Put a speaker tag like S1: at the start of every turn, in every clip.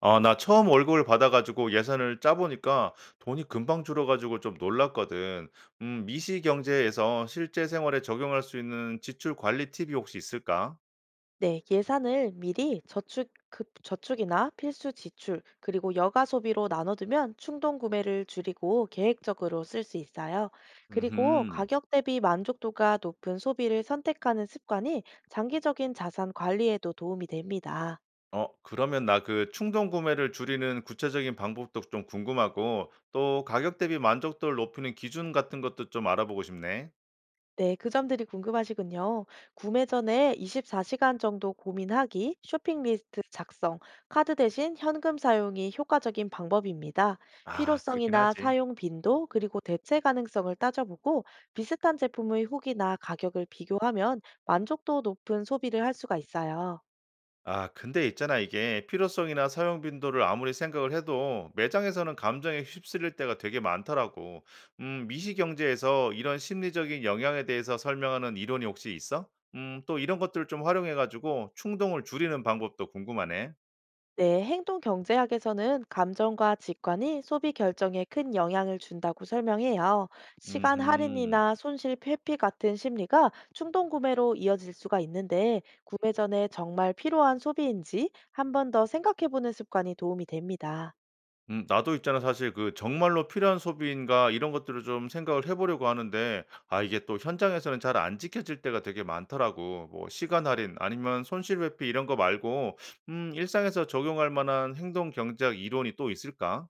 S1: 아, 나 처음 월급을 받아 가지고 예산을 짜 보니까 돈이 금방 줄어 가지고 좀 놀랐거든. 미시 경제에서 실제 생활에 적용할 수 있는 지출 관리 팁이 혹시 있을까?
S2: 네, 예산을 미리 저축이나 필수 지출, 그리고 여가 소비로 나눠두면 충동 구매를 줄이고 계획적으로 쓸 수 있어요. 그리고
S1: 음
S2: 가격 대비 만족도가 높은 소비를 선택하는 습관이 장기적인 자산 관리에도 도움이 됩니다.
S1: 어, 그러면 나 그 충동 구매를 줄이는 구체적인 방법도 좀 궁금하고 또 가격 대비 만족도를 높이는 기준 같은 것도 좀 알아보고 싶네.
S2: 네, 그 점들이 궁금하시군요. 구매 전에 24시간 정도 고민하기, 쇼핑 리스트 작성, 카드 대신 현금 사용이 효과적인 방법입니다.
S1: 아, 그렇긴
S2: 필요성이나
S1: 하지.
S2: 사용 빈도, 그리고 대체 가능성을 따져보고 비슷한 제품의 후기나 가격을 비교하면 만족도 높은 소비를 할 수가 있어요.
S1: 아, 근데 있잖아, 이게 필요성이나 사용 빈도를 아무리 생각을 해도 매장에서는 감정에 휩쓸릴 때가 되게 많더라고. 미시 경제에서 이런 심리적인 영향에 대해서 설명하는 이론이 혹시 있어? 또 이런 것들을 좀 활용해가지고 충동을 줄이는 방법도 궁금하네.
S2: 네, 행동 경제학에서는 감정과 직관이 소비 결정에 큰 영향을 준다고 설명해요. 시간
S1: 음흠.
S2: 할인이나 손실 회피 같은 심리가 충동 구매로 이어질 수가 있는데, 구매 전에 정말 필요한 소비인지 한 번 더 생각해 보는 습관이 도움이 됩니다.
S1: 나도 있잖아 사실 그 정말로 필요한 소비인가 이런 것들을 좀 생각을 해 보려고 하는데 이게 또 현장에서는 잘 안 지켜질 때가 되게 많더라고. 뭐 시간 할인 아니면 손실 회피 이런 거 말고 일상에서 적용할 만한 행동 경제학 이론이 또 있을까?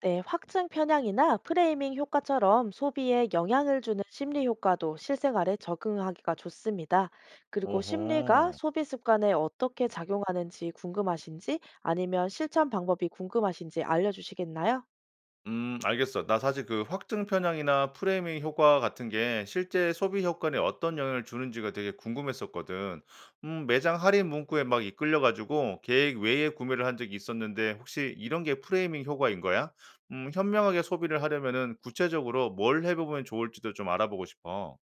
S2: 네, 확증 편향이나 프레이밍 효과처럼 소비에 영향을 주는 심리 효과도 실생활에 적응하기가 좋습니다. 그리고 심리가
S1: 오호.
S2: 소비 습관에 어떻게 작용하는지 궁금하신지 아니면 실천 방법이 궁금하신지 알려주시겠나요?
S1: 알겠어. 나 사실 그 확증 편향이나 프레이밍 효과 같은 게 실제 소비 효과에 어떤 영향을 주는지가 되게 궁금했었거든. 매장 할인 문구에 막 이끌려 가지고 계획 외에 구매를 한 적이 있었는데 혹시 이런 게 프레이밍 효과인 거야? 현명하게 소비를 하려면은 구체적으로 뭘 해 보면 좋을지도 좀 알아보고 싶어.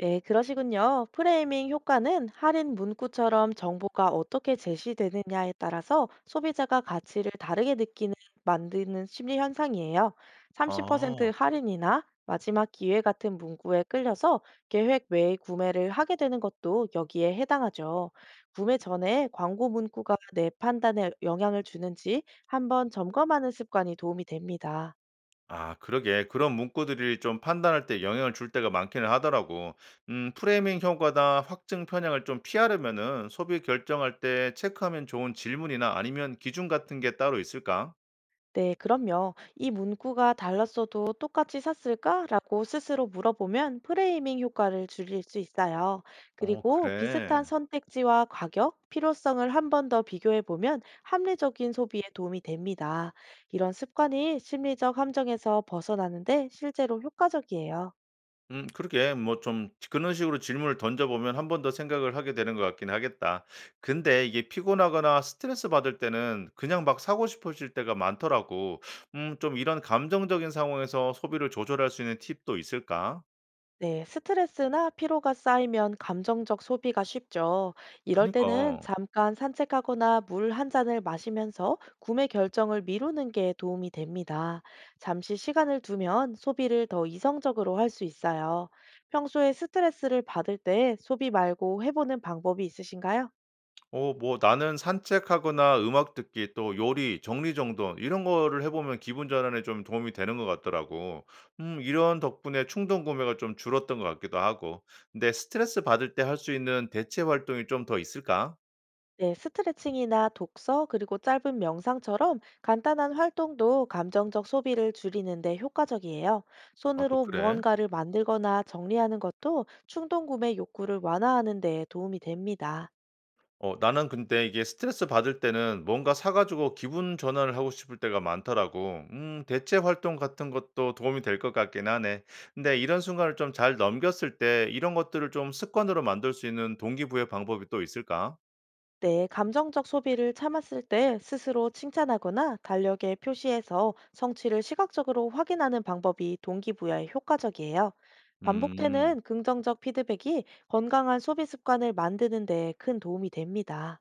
S2: 네, 그러시군요. 프레이밍 효과는 할인 문구처럼 정보가 어떻게 제시되느냐에 따라서 소비자가 가치를 다르게 느끼는 만드는 심리 현상이에요. 30%
S1: 아.
S2: 할인이나 마지막 기회 같은 문구에 끌려서 계획 외의 구매를 하게 되는 것도 여기에 해당하죠. 구매 전에 광고 문구가 내 판단에 영향을 주는지 한번 점검하는 습관이 도움이 됩니다.
S1: 아 그러게. 그런 문구들이 좀 판단할 때 영향을 줄 때가 많기는 하더라고. 프레이밍 효과나 확증 편향을 좀 피하려면은 소비 결정할 때 체크하면 좋은 질문이나 아니면 기준 같은 게 따로 있을까?
S2: 네, 그럼요. 이 문구가 달랐어도 똑같이 샀을까? 라고 스스로 물어보면 프레이밍 효과를 줄일 수 있어요.
S1: 어
S2: 그리고
S1: 그래.
S2: 비슷한 선택지와 가격, 필요성을 한 번 더 비교해 보면 합리적인 소비에 도움이 됩니다. 이런 습관이 심리적 함정에서 벗어나는데 실제로 효과적이에요.
S1: 그러게. 뭐 좀 그런 식으로 질문을 던져 보면 한 번 더 생각을 하게 되는 것 같긴 하겠다. 근데 이게 피곤하거나 스트레스 받을 때는 그냥 막 사고 싶어질 때가 많더라고. 좀 이런 감정적인 상황에서 소비를 조절할 수 있는 팁도 있을까?
S2: 네, 스트레스나 피로가 쌓이면 감정적 소비가 쉽죠. 이럴
S1: 그니까.
S2: 때는 잠깐 산책하거나 물 한 잔을 마시면서 구매 결정을 미루는 게 도움이 됩니다. 잠시 시간을 두면 소비를 더 이성적으로 할 수 있어요. 평소에 스트레스를 받을 때 소비 말고 해보는 방법이 있으신가요?
S1: 어 뭐 나는 산책하거나 음악 듣기 또 요리, 정리정돈 이런 거를 해 보면 기분 전환에 좀 도움이 되는 것 같더라고. 이런 덕분에 충동 구매가 좀 줄었던 것 같기도 하고. 근데 스트레스 받을 때 할 수 있는 대체 활동이 좀 더 있을까?
S2: 네, 스트레칭이나 독서, 그리고 짧은 명상처럼 간단한 활동도 감정적 소비를 줄이는데 효과적이에요.
S1: 아 또
S2: 손으로
S1: 그래?
S2: 무언가를 만들거나 정리하는 것도 충동 구매 욕구를 완화하는 데 도움이 됩니다.
S1: 어 나는 근데 이게 스트레스 받을 때는 뭔가 사 가지고 기분 전환을 하고 싶을 때가 많더라고. 대체 활동 같은 것도 도움이 될 것 같긴 하네. 근데 이런 순간을 좀 잘 넘겼을 때 이런 것들을 좀 습관으로 만들 수 있는 동기부여 방법이 또 있을까?
S2: 네, 감정적 소비를 참았을 때 스스로 칭찬하거나 달력에 표시해서 성취를 시각적으로 확인하는 방법이 동기부여에 효과적이에요.
S1: 음.
S2: 반복되는 긍정적 피드백이 건강한 소비 습관을 만드는 데 큰 도움이 됩니다.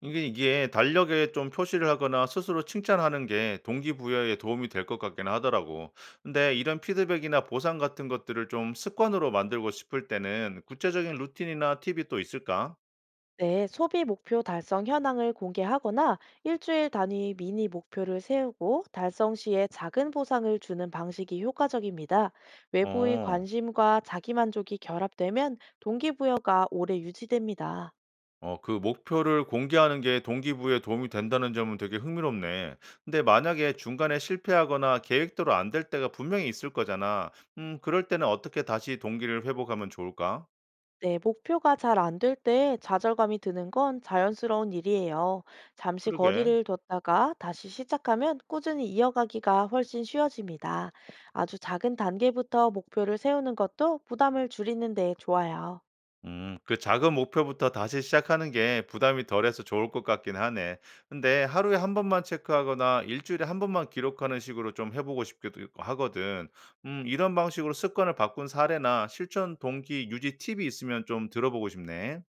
S1: 이게 달력에 좀 표시를 하거나 스스로 칭찬하는 게 동기부여에 도움이 될 것 같긴 하더라고. 근데 이런 피드백이나 보상 같은 것들을 좀 습관으로 만들고 싶을 때는 구체적인 루틴이나 팁이 또 있을까?
S2: 네, 소비 목표 달성 현황을 공개하거나 일주일 단위 미니 목표를 세우고 달성 시에 작은 보상을 주는 방식이 효과적입니다. 외부의
S1: 어.
S2: 관심과 자기만족이 결합되면 동기부여가 오래 유지됩니다.
S1: 어 그 목표를 공개하는 게 동기부여에 도움이 된다는 점은 되게 흥미롭네. 근데 만약에 중간에 실패하거나 계획대로 안 될 때가 분명히 있을 거잖아. 그럴 때는 어떻게 다시 동기를 회복하면 좋을까?
S2: 네, 목표가 잘 안 될 때 좌절감이 드는 건 자연스러운 일이에요. 잠시
S1: 그러게.
S2: 거리를 뒀다가 다시 시작하면 꾸준히 이어가기가 훨씬 쉬워집니다. 아주 작은 단계부터 목표를 세우는 것도 부담을 줄이는 데 좋아요.
S1: 그 작은 목표부터 다시 시작하는 게 부담이 덜해서 좋을 것 같긴 하네. 근데 하루에 한 번만 체크하거나 일주일에 한 번만 기록하는 식으로 좀 해보고 싶기도 하거든. 이런 방식으로 습관을 바꾼 사례나 실천 동기 유지 팁이 있으면 좀 들어보고 싶네.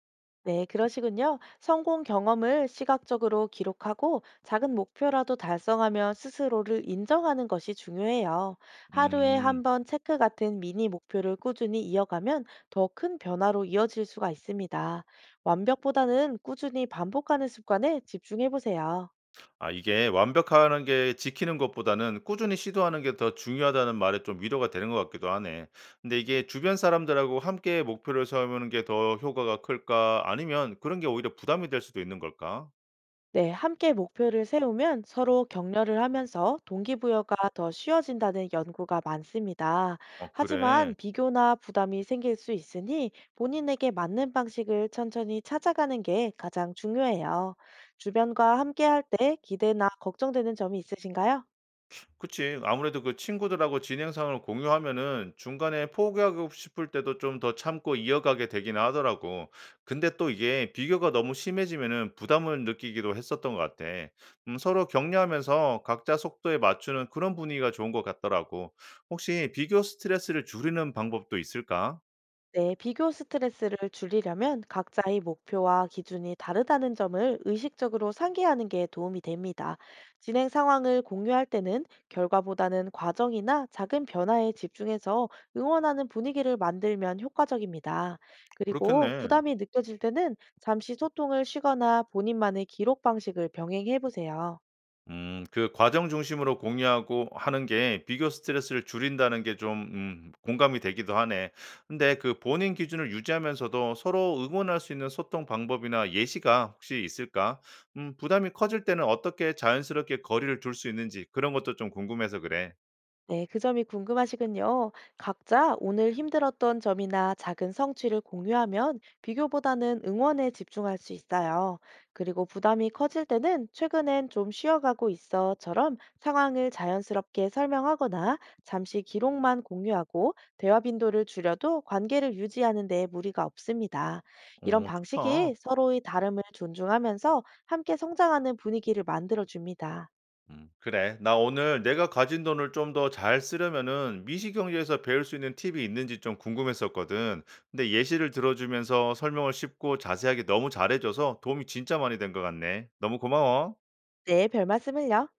S2: 네, 그러시군요. 성공 경험을 시각적으로 기록하고 작은 목표라도 달성하며 스스로를 인정하는 것이 중요해요. 하루에
S1: 음.
S2: 한 번 체크 같은 미니 목표를 꾸준히 이어가면 더 큰 변화로 이어질 수가 있습니다. 완벽보다는 꾸준히 반복하는 습관에 집중해 보세요.
S1: 아 이게 완벽하는 게 지키는 것보다는 꾸준히 시도하는 게 더 중요하다는 말에 좀 위로가 되는 것 같기도 하네. 근데 이게 주변 사람들하고 함께 목표를 세우는 게 더 효과가 클까? 아니면 그런 게 오히려 부담이 될 수도 있는 걸까?
S2: 네, 함께 목표를 세우면 서로 격려를 하면서 동기부여가 더 쉬워진다는 연구가 많습니다.
S1: 어
S2: 하지만
S1: 그래.
S2: 비교나 부담이 생길 수 있으니 본인에게 맞는 방식을 천천히 찾아가는 게 가장 중요해요. 주변과 함께 할 때 기대나 걱정되는 점이 있으신가요?
S1: 그치. 아무래도 그 친구들하고 진행상을 공유하면은 중간에 포기하고 싶을 때도 좀 더 참고 이어가게 되긴 하더라고. 근데 또 이게 비교가 너무 심해지면은 부담을 느끼기도 했었던 것 같아. 서로 격려하면서 각자 속도에 맞추는 그런 분위기가 좋은 것 같더라고. 혹시 비교 스트레스를 줄이는 방법도 있을까?
S2: 네, 비교 스트레스를 줄이려면 각자의 목표와 기준이 다르다는 점을 의식적으로 상기하는 게 도움이 됩니다. 진행 상황을 공유할 때는 결과보다는 과정이나 작은 변화에 집중해서 응원하는 분위기를 만들면 효과적입니다. 그리고
S1: 그렇겠네.
S2: 부담이 느껴질 때는 잠시 소통을 쉬거나 본인만의 기록 방식을 병행해 보세요.
S1: 그 과정 중심으로 공유하고 하는 게 비교 스트레스를 줄인다는 게 좀 공감이 되기도 하네. 근데 그 본인 기준을 유지하면서도 서로 응원할 수 있는 소통 방법이나 예시가 혹시 있을까? 부담이 커질 때는 어떻게 자연스럽게 거리를 둘 수 있는지 그런 것도 좀 궁금해서 그래.
S2: 네, 그 점이 궁금하시군요. 각자 오늘 힘들었던 점이나 작은 성취를 공유하면 비교보다는 응원에 집중할 수 있어요. 그리고 부담이 커질 때는 최근엔 좀 쉬어가고 있어처럼 상황을 자연스럽게 설명하거나 잠시 기록만 공유하고 대화 빈도를 줄여도 관계를 유지하는 데 무리가 없습니다. 이런
S1: 오 좋다.
S2: 방식이 서로의 다름을 존중하면서 함께 성장하는 분위기를 만들어줍니다.
S1: 그래. 나 오늘 내가 가진 돈을 좀 더 잘 쓰려면은 미시경제에서 배울 수 있는 팁이 있는지 좀 궁금했었거든. 근데 예시를 들어주면서 설명을 쉽고 자세하게 너무 잘해줘서 도움이 진짜 많이 된 것 같네. 너무 고마워.
S2: 네, 별 말씀을요.